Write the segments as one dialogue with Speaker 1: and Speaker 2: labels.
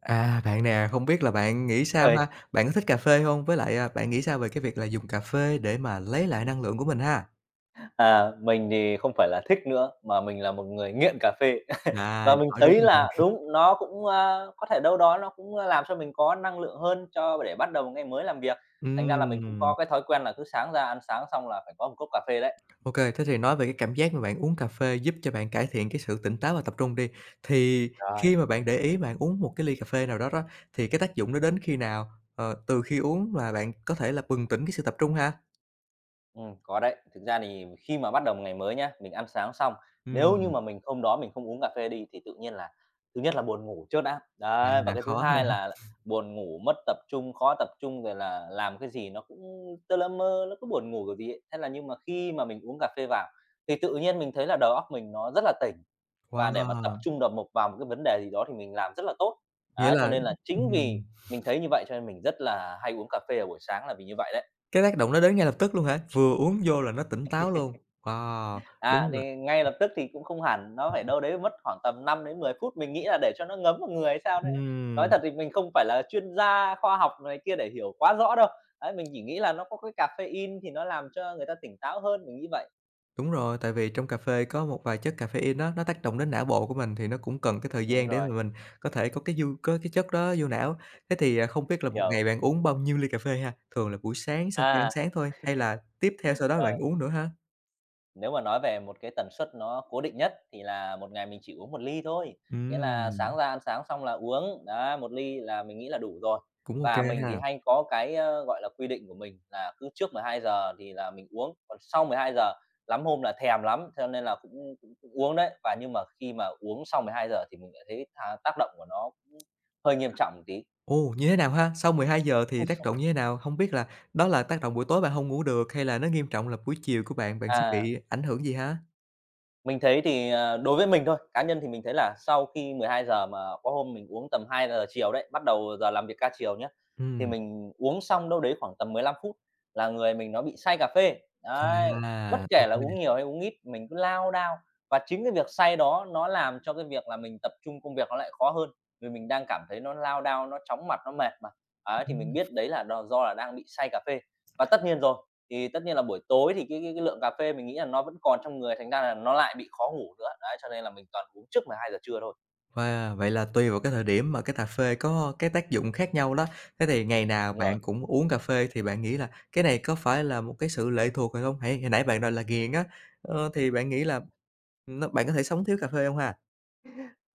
Speaker 1: À, bạn nè, không biết là bạn nghĩ sao
Speaker 2: Thời
Speaker 1: ha? Bạn có thích cà phê hông? Với lại, bạn nghĩ sao về cái việc là dùng cà phê để mà lấy lại năng lượng của mình ha?
Speaker 2: À, mình thì không phải là thích nữa, mà mình là một người nghiện cà phê.
Speaker 1: À,
Speaker 2: Và mình
Speaker 1: hỏi đúng
Speaker 2: thấy
Speaker 1: người.
Speaker 2: là đúng, nó cũng, có thể đâu đó nó cũng, làm cho mình có năng lượng hơn cho để bắt đầu một ngày mới làm việc. Thành ra là mình cũng
Speaker 1: Ừm,
Speaker 2: có cái thói quen là cứ sáng ra ăn sáng xong là phải có một cốc cà phê đấy.
Speaker 1: ô kê, thế thì nói về cái cảm giác mà bạn uống cà phê giúp cho bạn cải thiện cái sự tỉnh táo và tập trung đi, thì
Speaker 2: Rồi.
Speaker 1: khi mà bạn để ý bạn uống một cái ly cà phê nào đó đó, thì cái tác dụng nó đến khi nào? Ờ, từ khi uống là bạn có thể là bừng tỉnh cái sự tập trung ha?
Speaker 2: Có đấy. Thực ra thì khi mà bắt đầu một ngày mới nhá, mình ăn sáng xong, nếu như
Speaker 1: Ừm,
Speaker 2: mà mình không uống cà phê đi thì tự nhiên là thứ nhất là buồn ngủ chớt áp, đấy, và
Speaker 1: à,
Speaker 2: cái thứ
Speaker 1: khó ha.
Speaker 2: hai là buồn ngủ, mất tập trung, khó tập trung, rồi là làm cái gì nó cũng tơ lơ mơ, nó cứ buồn ngủ kiểu gì ấy. Thế là nhưng mà khi mà mình uống cà phê vào thì tự nhiên mình thấy là đầu óc mình nó rất là tỉnh, và để mà tập
Speaker 1: Wow!
Speaker 2: trung đầu mục vào một cái vấn đề gì đó thì mình làm rất là tốt.
Speaker 1: Nghĩa
Speaker 2: Á, cho
Speaker 1: là
Speaker 2: nên là chính
Speaker 1: ừm.
Speaker 2: vì mình thấy như vậy cho nên mình rất là hay uống cà phê ở buổi sáng là vì như vậy đấy.
Speaker 1: Cái tác động nó đến ngay lập tức luôn hả? Vừa uống vô là nó tỉnh táo luôn? Wow,
Speaker 2: À,
Speaker 1: đúng là
Speaker 2: thì ngay lập tức thì cũng không hẳn, nó phải đâu đấy mất khoảng tầm 5 đến 10 phút, mình nghĩ là để cho nó ngấm vào người hay sao đấy. Nói
Speaker 1: ừm,
Speaker 2: thật thì mình không phải là chuyên gia khoa học này kia để hiểu quá rõ đâu. Đấy, mình chỉ nghĩ là nó có cái caffeine thì nó làm cho người ta tỉnh táo hơn, mình nghĩ vậy.
Speaker 1: đúng rồi, tại vì trong cà phê có một vài chất caffeine á, nó tác động đến não bộ của mình thì nó cũng cần cái thời
Speaker 2: Đúng
Speaker 1: gian để
Speaker 2: rồi,
Speaker 1: mà mình có thể có cái chất đó vô não. Thế thì, không biết là một
Speaker 2: hiểu.
Speaker 1: ngày bạn uống bao nhiêu ly cà phê ha? Thường là buổi sáng sau khi ăn
Speaker 2: À,
Speaker 1: sáng thôi, hay là tiếp theo sau đó bạn
Speaker 2: rồi.
Speaker 1: uống nữa ha?
Speaker 2: Nếu mà nói về một cái tần suất nó cố định nhất thì là một ngày mình chỉ uống một ly thôi, nghĩa là
Speaker 1: Ừm,
Speaker 2: sáng ra ăn sáng xong là uống, đấy, 1 ly là mình nghĩ là đủ rồi.
Speaker 1: cũng ô
Speaker 2: Và
Speaker 1: kê
Speaker 2: mình
Speaker 1: ha.
Speaker 2: thì hay có cái, gọi là, quy định của mình là cứ trước 12 giờ thì là mình uống, còn sau 12 giờ lắm hôm là thèm lắm, cho nên là cũng cũng cũng uống đấy. Và nhưng mà khi mà uống sau 12 giờ thì mình lại thấy tác động của nó cũng hơi nghiêm trọng một tí.
Speaker 1: Ồ, như thế nào ha? Sau 12 giờ thì tác động như thế nào? Không biết là đó là tác động buổi tối bạn hông ngủ được hay là nó nghiêm trọng là buổi chiều của bạn, bạn sẽ
Speaker 2: À.
Speaker 1: bị ảnh hưởng gì ha?
Speaker 2: Mình thấy thì, đối với mình thôi, cá nhân thì mình thấy là sau khi 12 giờ mà có hôm mình uống tầm 2 giờ chiều đấy, bắt đầu giờ làm việc ca chiều nhé thì
Speaker 1: Ừm,
Speaker 2: mình uống xong đâu đấy khoảng tầm 15 phút là người mình nó bị say cà phê.
Speaker 1: chà,
Speaker 2: Đấy, bất
Speaker 1: ô
Speaker 2: kể là
Speaker 1: kê.
Speaker 2: uống nhiều hay uống ít, mình cứ lao đao và chính cái việc say đó nó làm cho cái việc là mình tập trung công việc nó lại khó hơn, vì mình đang cảm thấy nó lao đao, nó chóng mặt, nó mệt mà. Ấy, thì mình
Speaker 1: Ừm,
Speaker 2: biết đấy là đo do là đang bị say cà phê. Và tất nhiên rồi, thì tất nhiên là buổi tối thì cái lượng cà phê mình nghĩ là nó vẫn còn trong người, thành ra là nó lại bị khó ngủ nữa. Đấy, cho nên là mình toàn uống trước 12 giờ trưa thôi.
Speaker 1: wow, vậy là tùy vào cái thời điểm mà cái cà phê có cái tác dụng khác nhau đó. Thế thì ngày nào
Speaker 2: Đúng rồi.
Speaker 1: bạn cũng uống cà phê thì bạn nghĩ là cái này có phải là một cái sự lệ thuộc rồi hông? Hãy hồi nãy bạn nói là nghiền á, ờ, thì bạn nghĩ là bạn có thể sống thiếu cà phê hông ha?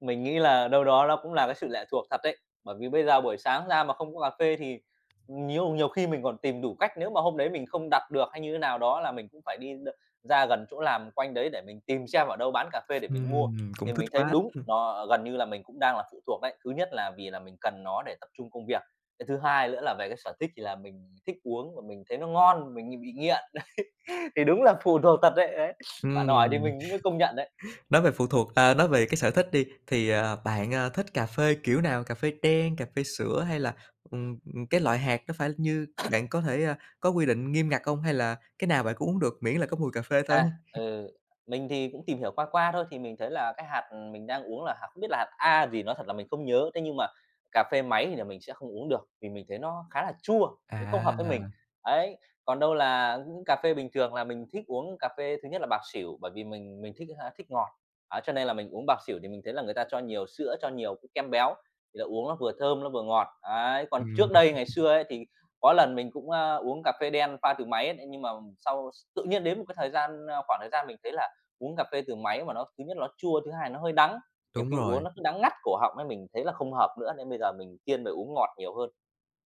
Speaker 2: Mình nghĩ là đâu đó nó cũng là cái sự lệ thuộc thật đấy. Bởi vì bây giờ buổi sáng ra mà không có cà phê thì nhiều nhiều khi mình còn tìm đủ cách, nếu mà hôm đấy mình không đặt được hay như thế nào đó là mình cũng phải đi ra gần chỗ làm quanh đấy để mình tìm xem ở đâu bán cà phê để mình mua.
Speaker 1: Cũng
Speaker 2: Thì
Speaker 1: thích
Speaker 2: mình thấy
Speaker 1: quá.
Speaker 2: đúng, nó gần như là mình cũng đang là phụ thuộc đấy. Thứ nhất là vì là mình cần nó để tập trung công việc, cái thứ hai nữa là về cái sở thích thì là mình thích uống và mình thấy nó ngon, mình bị nghiện, thì đúng là phụ thuộc thật đấy, đấy. Bạn hỏi thì
Speaker 1: Ừm.
Speaker 2: mình cũng mới công nhận đấy.
Speaker 1: Nói về phụ thuộc à, nói về cái sở thích đi, thì, bạn, thích cà phê kiểu nào? Cà phê đen, cà phê sữa hay là, ừm, cái loại hạt nó phải như bạn có thể, có quy định nghiêm ngặt không? Hay là cái nào bạn cũng uống được miễn là có mùi cà phê thôi?
Speaker 2: À, mình thì cũng tìm hiểu qua qua thôi, thì mình thấy là cái hạt mình đang uống là hạt không biết là hạt A gì, nói thật là mình không nhớ. Thế nhưng mà cà phê máy thì là mình sẽ không uống được, vì mình thấy nó khá là chua, nó không hợp với mình.
Speaker 1: À,
Speaker 2: Ấy, còn đâu là những cà phê bình thường là mình thích uống cà phê thứ nhất là bạc xỉu, bởi vì mình thích thích ngọt. Á, cho nên là mình uống bạc xỉu thì mình thấy là người ta cho nhiều sữa, cho nhiều cái kem béo, thì là uống nó vừa thơm, nó vừa ngọt. Ấy, còn
Speaker 1: ừm,
Speaker 2: trước đây ngày xưa ấy thì có lần mình cũng, uống cà phê đen pha từ máy ấy, nhưng mà sau tự nhiên đến một cái thời gian, khoảng thời gian mình thấy là uống cà phê từ máy mà nó thứ nhất nó chua, thứ hai nó hơi đắng, nhiều
Speaker 1: đúng
Speaker 2: khi
Speaker 1: rồi,
Speaker 2: uống nó cứ đắng ngắt cổ họng ấy, mình thấy là không hợp nữa, nên bây giờ mình thiên về uống ngọt nhiều hơn.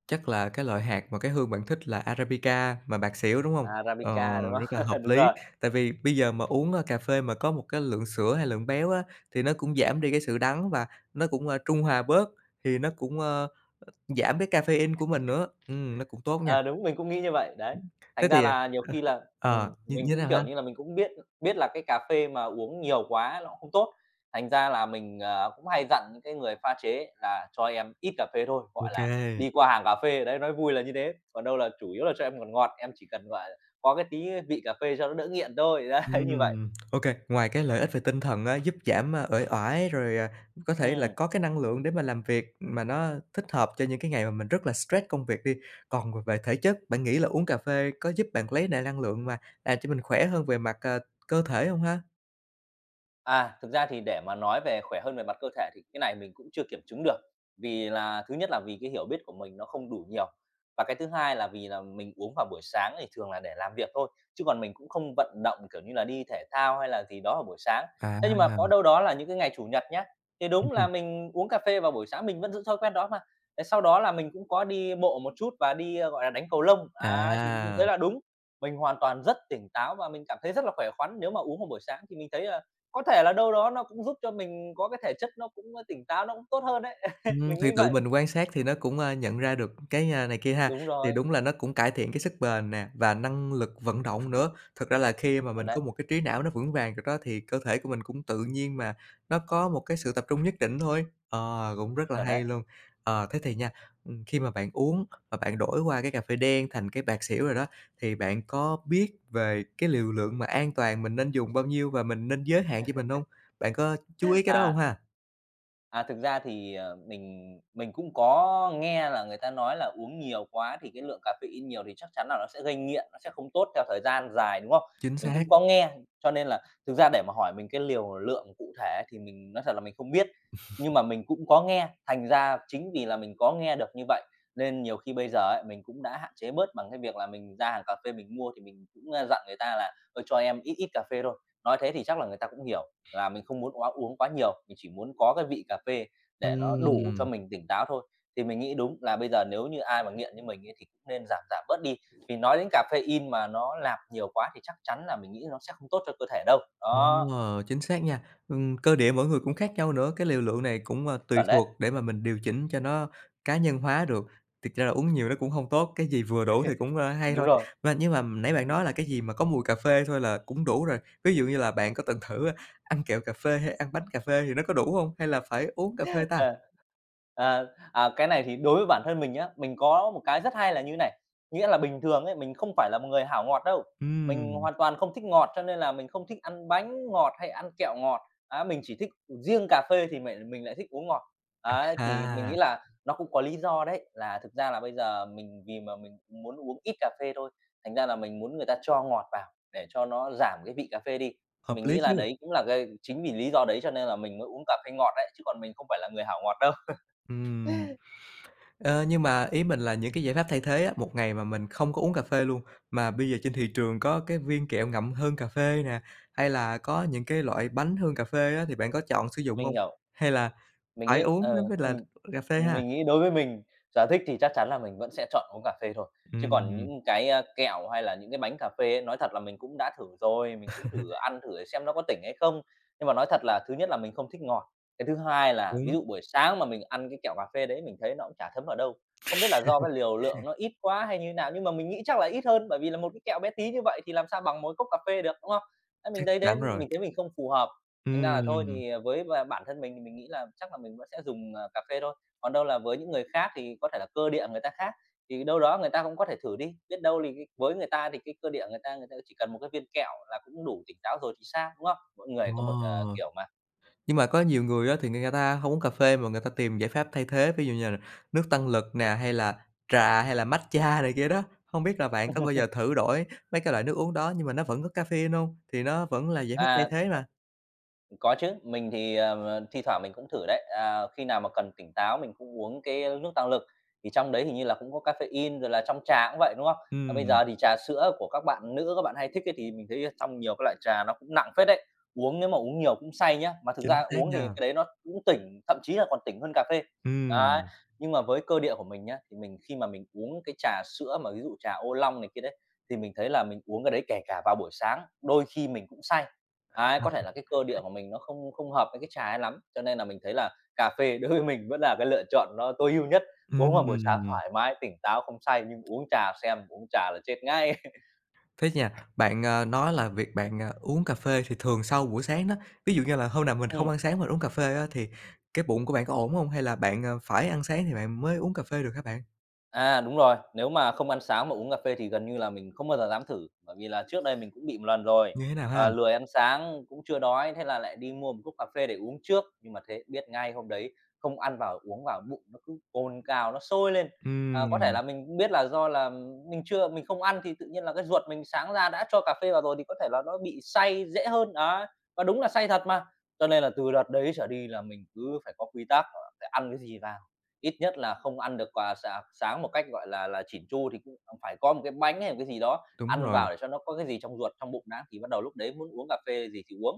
Speaker 1: chắc là cái loại hạt mà cái hương bạn thích là Arabica mà bạc xỉu, đúng không? Ờ,
Speaker 2: Arabica, đúng
Speaker 1: rất là
Speaker 2: không?
Speaker 1: hợp
Speaker 2: Đúng
Speaker 1: lý,
Speaker 2: rồi.
Speaker 1: tại vì bây giờ mà uống, cà phê mà có một cái lượng sữa hay lượng béo á, thì nó cũng giảm đi cái sự đắng và nó cũng, trung hòa bớt, thì nó cũng, giảm cái caffeine của mình nữa, nó cũng tốt nha.
Speaker 2: Ờ, đúng, mình cũng nghĩ như vậy, đấy.
Speaker 1: Thế
Speaker 2: Thành ra
Speaker 1: thì,
Speaker 2: là nhiều khi là
Speaker 1: như
Speaker 2: mình
Speaker 1: như thế
Speaker 2: cũng,
Speaker 1: nào
Speaker 2: kiểu
Speaker 1: ha?
Speaker 2: như là, mình cũng biết biết là cái cà phê mà uống nhiều quá nó cũng không tốt, thành ra là mình, cũng hay dặn những cái người pha chế là cho em ít cà phê thôi,
Speaker 1: Ô
Speaker 2: gọi là,
Speaker 1: kê,
Speaker 2: đi qua hàng cà phê, đấy, nói vui là như thế, còn đâu là chủ yếu là cho em ngọt ngọt, em chỉ cần, gọi là, có cái tí vị cà phê cho nó đỡ nghiện thôi, đấy, như vậy.
Speaker 1: ô kê, ngoài cái lợi ích về tinh thần á, giúp giảm, uể oải rồi, có thể là
Speaker 2: Ừm.
Speaker 1: có cái năng lượng để mà làm việc mà nó thích hợp cho những cái ngày mà mình rất là stress công việc đi, còn về về thể chất, bạn nghĩ là uống cà phê có giúp bạn lấy lại năng lượng mà làm cho mình khỏe hơn về mặt, cơ thể hông ha?
Speaker 2: À, thực ra thì để mà nói về khỏe hơn về mặt cơ thể thì cái này mình cũng chưa kiểm chứng được. Vì là thứ nhất là vì cái hiểu biết của mình nó không đủ nhiều. Và cái thứ hai là vì là mình uống vào buổi sáng thì thường là để làm việc thôi, chứ còn mình cũng không vận động, kiểu như là, đi thể thao hay là gì đó vào buổi sáng.
Speaker 1: À,
Speaker 2: Thế nhưng mà có đâu đó là những cái ngày Chủ nhật nhá, thì đúng
Speaker 1: hưm,
Speaker 2: là mình uống cà phê vào buổi sáng, mình vẫn giữ thói quen đó mà. Thế sau đó là mình cũng có đi bộ một chút và đi, gọi là, đánh cầu lông. Á, thì mình
Speaker 1: à.
Speaker 2: thấy là đúng, mình hoàn toàn rất tỉnh táo và mình cảm thấy rất là khỏe khoắn. Nếu mà uống vào buổi sáng thì mình thấy có thể là đâu đó nó cũng giúp cho mình có cái thể chất nó cũng, tỉnh táo, nó cũng tốt hơn đấy. Mình nghĩ
Speaker 1: Thì tự
Speaker 2: vậy.
Speaker 1: mình quan sát thì nó cũng, nhận ra được cái, này kia ha,
Speaker 2: Đúng
Speaker 1: thì
Speaker 2: rồi,
Speaker 1: đúng là nó cũng cải thiện cái sức bền nè và năng lực vận động nữa. Thực ra là khi mà
Speaker 2: chuẩn
Speaker 1: mình có
Speaker 2: đấy,
Speaker 1: một cái trí não nó vững vàng rồi đó thì cơ thể của mình cũng tự nhiên mà nó có một cái sự tập trung nhất định thôi. Ờ, cũng rất là
Speaker 2: chuẩn
Speaker 1: hay
Speaker 2: đấy.
Speaker 1: luôn. Ờ, thế thì nha, khi mà bạn uống và bạn đổi qua cái cà phê đen thành cái bạc xỉu rồi đó, thì bạn có biết về cái liều lượng mà an toàn mình nên dùng bao nhiêu và mình nên giới hạn cho mình hông? Bạn có chú ý cái đó hông
Speaker 2: À.
Speaker 1: ha?
Speaker 2: À, thực ra thì, mình cũng có nghe là người ta nói là uống nhiều quá thì cái lượng caffeine nhiều thì chắc chắn là nó sẽ gây nghiện, nó sẽ không tốt theo thời gian dài, đúng không?
Speaker 1: Chính
Speaker 2: Mình
Speaker 1: xác.
Speaker 2: cũng có nghe, cho nên là thực ra để mà hỏi mình cái liều lượng cụ thể thì mình nói thật là mình không biết, nhưng mà mình cũng có nghe, thành ra chính vì là mình có nghe được như vậy nên nhiều khi bây giờ ấy, mình cũng đã hạn chế bớt bằng cái việc là mình ra hàng cà phê mình mua thì mình cũng, dặn người ta là "Ơ, cho em ít ít cà phê thôi." Nói thế thì chắc là người ta cũng hiểu là mình không muốn quá uống quá nhiều, mình chỉ muốn có cái vị cà phê để nó đủ cho
Speaker 1: Ừm.
Speaker 2: mình tỉnh táo thôi. Thì mình nghĩ đúng là bây giờ nếu như ai mà nghiện như mình ấy thì cũng nên giảm giảm bớt đi, vì nói đến caffeine mà nó nạp nhiều quá thì chắc chắn là mình nghĩ nó sẽ không tốt cho cơ thể đâu.
Speaker 1: Đúng
Speaker 2: Đó,
Speaker 1: rồi, chính xác nha. Cơ địa mỗi người cũng khác nhau nữa, cái liều lượng này cũng, tùy
Speaker 2: chuẩn đấy.
Speaker 1: thuộc để mà mình điều chỉnh cho nó cá nhân hóa được. Thực ra là uống nhiều nó cũng hông tốt, cái gì vừa đủ thì cũng, hay
Speaker 2: Đúng
Speaker 1: thôi.
Speaker 2: rồi.
Speaker 1: Mà nhưng mà nãy bạn nói là cái gì mà có mùi cà phê thôi là cũng đủ rồi. Ví dụ như là bạn có từng thử ăn kẹo cà phê hay ăn bánh cà phê thì nó có đủ hông? Hay là phải uống cà phê ta?
Speaker 2: Ờ. À, cái này thì đối với bản thân mình nhá, mình có một cái rất hay là như này, nghĩa là bình thường ấy, mình không phải là một người hảo ngọt đâu, mình
Speaker 1: Ừm,
Speaker 2: hoàn toàn không thích ngọt, cho nên là mình không thích ăn bánh ngọt hay ăn kẹo ngọt. Á, mình chỉ thích riêng cà phê thì mình lại thích uống ngọt. Ấy, thì mình nghĩ
Speaker 1: à,
Speaker 2: là nó cũng có lý do đấy, là thực ra là bây giờ mình vì mà mình muốn uống ít cà phê thôi, thành ra là mình muốn người ta cho ngọt vào để cho nó giảm cái vị cà phê đi. Thì
Speaker 1: hợp
Speaker 2: mình
Speaker 1: lý
Speaker 2: nghĩ là
Speaker 1: chứ.
Speaker 2: đấy cũng là cái chính vì lý do đấy cho nên là mình mới uống cà phê ngọt đấy, chứ còn mình không phải là người hảo ngọt đâu.
Speaker 1: Ừm. Ờ, nhưng mà ý mình là những cái giải pháp thay thế á, một ngày mà mình không có uống cà phê luôn, mà bây giờ trên thị trường có cái viên kẹo ngậm hương cà phê nè, hay là có những cái loại bánh hương cà phê á, thì bạn có chọn sử dụng
Speaker 2: Mình
Speaker 1: hông?
Speaker 2: hiểu.
Speaker 1: Hay là
Speaker 2: Mình
Speaker 1: phải
Speaker 2: nghĩ
Speaker 1: uống nó mới là
Speaker 2: ừm,
Speaker 1: cà phê ha?
Speaker 2: mình nghĩ đối với mình, sở thích thì chắc chắn là mình vẫn sẽ chọn uống cà phê thôi. Chứ còn
Speaker 1: Ừm,
Speaker 2: những cái, kẹo hay là những cái bánh cà phê ấy, nói thật là mình cũng đã thử rồi, mình cũng thử ăn thử để xem nó có tỉnh hay không. Nhưng mà nói thật là thứ nhất là mình không thích ngọt, cái thứ hai là ví
Speaker 1: uống,
Speaker 2: dụ buổi sáng mà mình ăn cái kẹo cà phê đấy mình thấy nó cũng chả thấm vào đâu. Không biết là do cái liều lượng nó ít quá hay như thế nào, nhưng mà mình nghĩ chắc là ít hơn, bởi vì là một cái kẹo bé tí như vậy thì làm sao bằng một cốc cà phê được, đúng không? Đấy, mình
Speaker 1: chắc
Speaker 2: thấy
Speaker 1: chắn
Speaker 2: đến
Speaker 1: rồi.
Speaker 2: mình thấy mình không phù hợp. Thành ra là thôi
Speaker 1: Ừm,
Speaker 2: thì à, với bản thân mình thì mình nghĩ là chắc là mình vẫn sẽ dùng, cà phê thôi, còn đâu là với những người khác thì có thể là cơ địa người ta khác, thì đâu đó người ta cũng có thể thử đi, biết đâu thì cái với người ta thì cái cơ địa người ta chỉ cần một cái viên kẹo là cũng đủ tỉnh táo rồi thì sao, đúng không? Mỗi người có một,
Speaker 1: ờ.
Speaker 2: kiểu mà.
Speaker 1: Nhưng mà có nhiều người á thì người ta không uống cà phê mà người ta tìm giải pháp thay thế, ví dụ như là nước tăng lực nè, hay là trà, hay là matcha này kia đó. Không biết là bạn có bao giờ thử đổi mấy cái loại nước uống đó nhưng mà nó vẫn có caffeine hông? Thì nó vẫn là giải pháp thay
Speaker 2: À,
Speaker 1: thế mà.
Speaker 2: có chứ, mình thì, thi thoảng mình cũng thử đấy. À, khi nào mà cần tỉnh táo mình cũng uống cái nước tăng lực, thì trong đấy hình như là cũng có caffeine, rồi là trong trà cũng vậy, đúng không? À, bây
Speaker 1: Ừm,
Speaker 2: giờ thì trà sữa của các bạn nữ các bạn hay thích ấy, thì mình thấy trong nhiều các loại trà nó cũng nặng phết đấy. Nếu mà uống nhiều cũng say nhá, mà thực ra
Speaker 1: chính xác
Speaker 2: uống thì
Speaker 1: nha.
Speaker 2: cái đấy nó cũng tỉnh, thậm chí là còn tỉnh hơn cà phê. Đấy,
Speaker 1: Ừm,
Speaker 2: nhưng mà với cơ địa của mình nhá, thì mình khi mà mình uống cái trà sữa mà ví dụ trà ô long này kia đấy, thì mình thấy là mình uống cái đấy kể cả vào buổi sáng, đôi khi mình cũng say. Đấy, có thể là cái cơ địa của mình nó không không hợp với cái trà ấy lắm, cho nên là mình thấy là cà phê đối với mình vẫn là cái lựa chọn nó tối ưu nhất, uống vào buổi sáng
Speaker 1: ừm.
Speaker 2: thoải mái, tỉnh táo, không say, nhưng uống trà xem, uống trà là chết ngay.
Speaker 1: Thế nha, bạn, nói là việc bạn, uống cà phê thì thường sau buổi sáng đó, ví dụ như là hôm nào mình không ăn sáng mình uống cà phê á thì cái bụng của bạn có ổn hông? Hay là bạn, phải ăn sáng thì bạn mới uống cà phê được hả bạn?
Speaker 2: À, đúng rồi, nếu mà không ăn sáng mà uống cà phê thì gần như là mình không bao giờ dám thử, bởi vì là trước đây mình cũng bị một lần rồi,
Speaker 1: Như thế nào ha?
Speaker 2: lười ăn sáng, cũng chưa đói, thế là lại đi mua một cốc cà phê để uống trước, nhưng mà thế biết ngay hôm đấy không ăn vào uống vào bụng nó cứ cồn cào, nó sôi lên. À, có thể
Speaker 1: Ừm.
Speaker 2: là mình cũng biết là do là mình không ăn thì tự nhiên là cái ruột mình sáng ra đã cho cà phê vào rồi thì có thể là nó bị say dễ hơn, đó và đúng là say thật mà. Cho nên là từ đợt đấy trở đi là mình cứ phải có quy tắc, phải ăn cái gì vào. Ít nhất là không ăn được quà sáng sáng một cách, gọi là, chỉn chu thì cũng phải có một cái bánh hay một cái gì đó
Speaker 1: Đúng
Speaker 2: ăn
Speaker 1: rồi.
Speaker 2: vào để cho nó có cái gì trong ruột, trong bụng đã, thì bắt đầu lúc đấy muốn uống cà phê gì thì uống.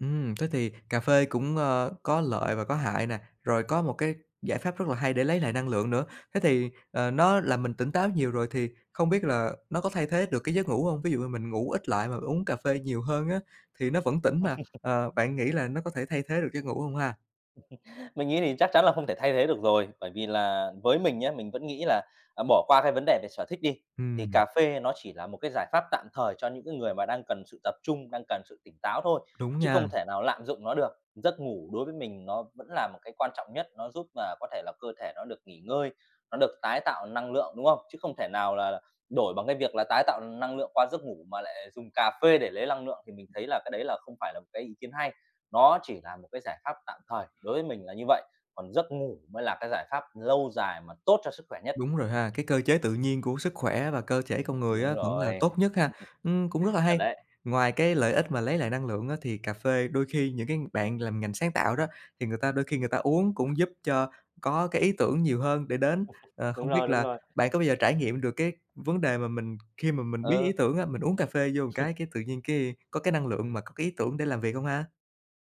Speaker 1: Thế thì cà phê cũng, có lợi và có hại nè, rồi có một cái giải pháp rất là hay để lấy lại năng lượng nữa. Thế thì, nó làm mình tỉnh táo nhiều rồi thì không biết là nó có thay thế được cái giấc ngủ hông? Ví dụ như mình ngủ ít lại mà uống cà phê nhiều hơn á, thì nó vẫn tỉnh mà, bạn nghĩ là nó có thể thay thế được giấc ngủ hông ha?
Speaker 2: Mình nghĩ thì chắc chắn là không thể thay thế được rồi, bởi vì là với mình nhé mình vẫn nghĩ là, bỏ qua cái vấn đề về sở thích đi, thì
Speaker 1: Ừm,
Speaker 2: cà phê nó chỉ là một cái giải pháp tạm thời cho những cái người mà đang cần sự tập trung, đang cần sự tỉnh táo thôi,
Speaker 1: đúng
Speaker 2: chứ
Speaker 1: nha.
Speaker 2: không thể nào lạm dụng nó được. Giấc ngủ đối với mình nó vẫn là một cái quan trọng nhất, nó giúp mà có thể là cơ thể nó được nghỉ ngơi, nó được tái tạo năng lượng, đúng không? Chứ không thể nào là đổi bằng cái việc là tái tạo năng lượng qua giấc ngủ mà lại dùng cà phê để lấy năng lượng thì mình thấy là cái đấy là không phải là một cái ý kiến hay. Nó chỉ là một cái giải pháp tạm thời, đối với mình là như vậy, còn giấc ngủ mới là cái giải pháp lâu dài mà tốt cho sức khỏe nhất.
Speaker 1: Đúng rồi ha, cái cơ chế tự nhiên của sức khỏe và cơ thể con người
Speaker 2: Đúng
Speaker 1: á, vẫn là
Speaker 2: rồi,
Speaker 1: tốt nhất ha. Cũng rất là hay.
Speaker 2: chuẩn đấy.
Speaker 1: Ngoài cái lợi ích mà lấy lại năng lượng á, thì cà phê đôi khi những cái bạn làm ngành sáng tạo đó, thì người ta đôi khi người ta uống cũng giúp cho có cái ý tưởng nhiều hơn để đến. Ờ,
Speaker 2: Đúng
Speaker 1: không biết
Speaker 2: rồi, đúng
Speaker 1: là
Speaker 2: rồi.
Speaker 1: bạn có bao giờ trải nghiệm được cái vấn đề mà mình khi mà mình biết ý
Speaker 2: Ừ.
Speaker 1: tưởng á, mình uống cà phê vô một cái tự nhiên cái có cái năng lượng mà có cái ý tưởng để làm việc không ha?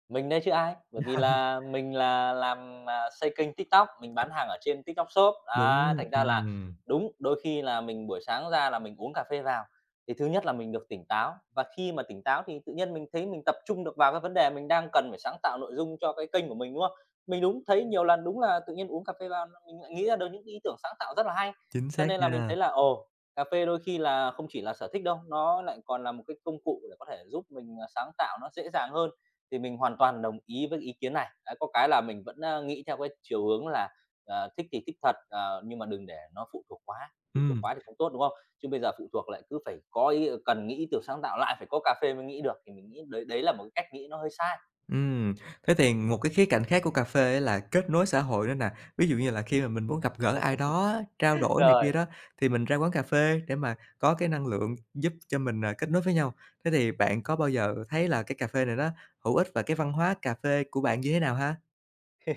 Speaker 2: Mình đây chứ ai, bởi vì là mình là làm, xây kênh TikTok, mình bán hàng ở trên TikTok Shop. Á,
Speaker 1: Đúng,
Speaker 2: thành ra là đúng, đôi khi là mình buổi sáng ra là mình uống cà phê vào, thì thứ nhất là mình được tỉnh táo, và khi mà tỉnh táo thì tự nhiên mình thấy mình tập trung được vào cái vấn đề mình đang cần phải sáng tạo nội dung cho cái kênh của mình, đúng không? Mình đúng thấy nhiều lần đúng là tự nhiên uống cà phê vào mình lại nghĩ ra được những ý tưởng sáng tạo rất là hay.
Speaker 1: chính
Speaker 2: Cho
Speaker 1: xác
Speaker 2: nên là mình
Speaker 1: nha.
Speaker 2: thấy là, ồ, cà phê đôi khi là không chỉ là sở thích đâu, nó lại còn là một cái công cụ để có thể giúp mình, sáng tạo nó dễ dàng hơn. Thì mình hoàn toàn đồng ý với ý kiến này. Đấy, có cái là mình vẫn, nghĩ theo cái chiều hướng là, thích thì thích thật, nhưng mà đừng để nó phụ thuộc
Speaker 1: Ừm.
Speaker 2: quá thì không tốt, đúng không? Chứ bây giờ phụ thuộc lại cứ phải có ý cần nghĩ ý tưởng sáng tạo, lại phải có cà phê mới nghĩ được, thì mình nghĩ đấy đấy là một cái cách nghĩ nó hơi sai.
Speaker 1: Ừm, thế thì một cái khía cạnh khác của cà phê á là kết nối xã hội nữa nè. Ví dụ như là khi mà mình muốn gặp gỡ ai đó trao đổi này
Speaker 2: Rồi.
Speaker 1: kia đó, thì mình ra quán cà phê để mà có cái năng lượng giúp cho mình, kết nối với nhau. Thế thì bạn có bao giờ thấy là cái cà phê này nó hữu ích và cái văn hóa cà phê của bạn như thế nào ha?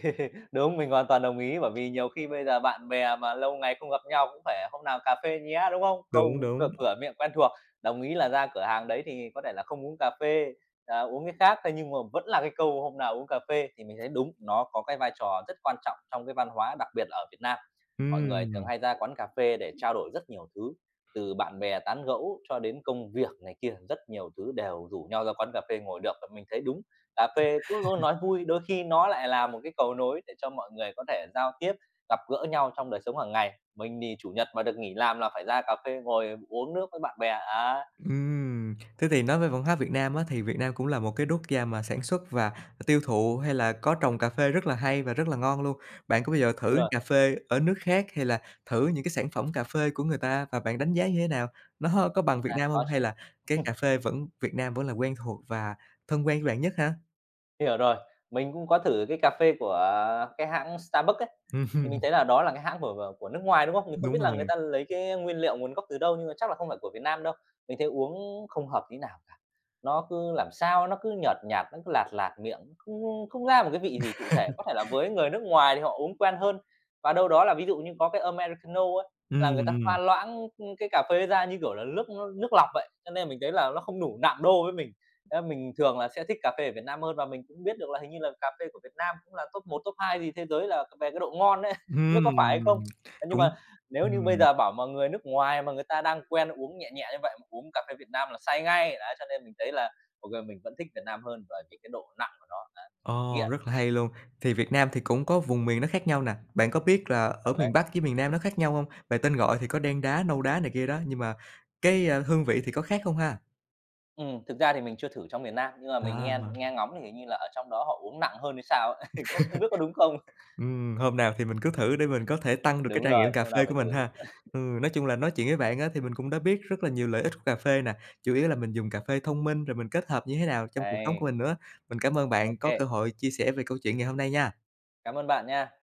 Speaker 2: Đúng, mình hoàn toàn đồng ý, bởi vì nhiều khi bây giờ bạn bè mà lâu ngày không gặp nhau cũng phải "Hôm nào cà phê nhé", đúng không?
Speaker 1: Đúng,
Speaker 2: Câu cửa
Speaker 1: đúng.
Speaker 2: cửa miệng quen thuộc, đồng ý là ra cửa hàng đấy thì có thể là không uống cà phê, uống cái khác, thế nhưng mà vẫn là cái câu "hôm nào uống cà phê" thì mình thấy đúng, nó có cái vai trò rất quan trọng trong cái văn hóa, đặc biệt là ở Việt Nam. Mọi người thường
Speaker 1: Ừm.
Speaker 2: hay ra quán cà phê để trao đổi rất nhiều thứ, từ bạn bè tán gẫu cho đến công việc này kia, rất nhiều thứ đều rủ nhau ra quán cà phê ngồi được, và mình thấy đúng, cà phê cứ luôn nói vui, đôi khi nó lại là một cái cầu nối để cho mọi người có thể giao tiếp, gặp gỡ nhau trong đời sống hàng ngày. Mình thì Chủ nhật mà được nghỉ làm là phải ra cà phê ngồi uống nước với bạn bè, á,
Speaker 1: Thế thì nói về văn hóa Việt Nam á, thì Việt Nam cũng là một cái quốc gia mà sản xuất và tiêu thụ hay là có trồng cà phê rất là hay và rất là ngon luôn. Bạn có bao giờ
Speaker 2: đúng
Speaker 1: thử
Speaker 2: rồi,
Speaker 1: cà phê ở nước khác hay là thử những cái sản phẩm cà phê của người ta và bạn đánh giá như thế nào? Nó có bằng Việt Nam
Speaker 2: có
Speaker 1: không? Hay
Speaker 2: chứ.
Speaker 1: là cái cà phê vẫn Việt Nam vẫn là quen thuộc và thân quen với bạn nhất hả?
Speaker 2: Hiểu rồi. Mình cũng có thử cái cà phê của cái hãng Starbucks ấy, thì mình
Speaker 1: Ừm,
Speaker 2: thấy là đó là cái hãng của nước ngoài, đúng không? Mình không
Speaker 1: đúng
Speaker 2: biết là người
Speaker 1: rồi.
Speaker 2: ta lấy cái nguyên liệu nguồn gốc từ đâu, nhưng mà chắc là không phải của Việt Nam đâu. Mình thấy uống không hợp tí nào cả, nó cứ làm sao nó cứ nhợt nhạt, nó cứ lạt lạt miệng, không không ra một cái vị gì cụ thể. Có thể là với người nước ngoài thì họ uống quen hơn, và đâu đó là ví dụ như có cái Americano ấy, là
Speaker 1: Ừm,
Speaker 2: người ta pha
Speaker 1: ừm,
Speaker 2: loãng, cái cà phê ra như kiểu là nước nước lọc vậy, cho nên mình thấy là nó không đủ nạm đô với mình. Thế là mình thường là sẽ thích cà phê ở Việt Nam hơn và mình cũng biết được là hình như là cà phê của Việt Nam cũng là top 1 top 2 gì thế giới là về cái độ ngon đấy, không biết có phải hay không?
Speaker 1: ừm,
Speaker 2: Thế nhưng
Speaker 1: cũng
Speaker 2: mà nếu như bây
Speaker 1: ừm.
Speaker 2: giờ bảo mà người nước ngoài mà người ta đang quen uống nhẹ nhẹ như vậy mà uống cà phê Việt Nam là say ngay, đấy, cho nên mình thấy là, ô kê, mình vẫn thích Việt Nam hơn bởi vì cái độ nặng của nó, đấy,
Speaker 1: Ồ,
Speaker 2: nghiện,
Speaker 1: rất là hay luôn. Thì Việt Nam thì cũng có vùng miền nó khác nhau nè. Bạn có biết là
Speaker 2: ở
Speaker 1: ở miền
Speaker 2: đấy.
Speaker 1: Bắc với miền Nam nó khác nhau không? Về tên gọi thì có đen đá, nâu đá này kia đó, nhưng mà cái, hương vị thì có khác không ha?
Speaker 2: Thực ra thì mình chưa thử trong miền Nam, nhưng mà mình
Speaker 1: À,
Speaker 2: nghe nghe ngóng thì hình như là ở trong đó họ uống nặng hơn hay sao ấy, có không biết có đúng không?
Speaker 1: hôm nào thì mình cứ thử để mình có thể tăng được cái
Speaker 2: Đúng
Speaker 1: trải
Speaker 2: rồi,
Speaker 1: nghiệm cà
Speaker 2: hôm nào
Speaker 1: phê của
Speaker 2: phải
Speaker 1: mình
Speaker 2: thử.
Speaker 1: ha. Ừ, nói chung là nói chuyện với bạn á thì mình cũng đã biết rất là nhiều lợi ích của cà phê nè, chủ yếu là mình dùng cà phê thông minh rồi mình kết hợp như thế nào trong cuộc sống
Speaker 2: Đấy,
Speaker 1: của mình nữa. Mình cảm ơn
Speaker 2: ô
Speaker 1: bạn có cơ hội chia sẻ về câu chuyện ngày hôm nay nha.
Speaker 2: cảm ơn bạn nha.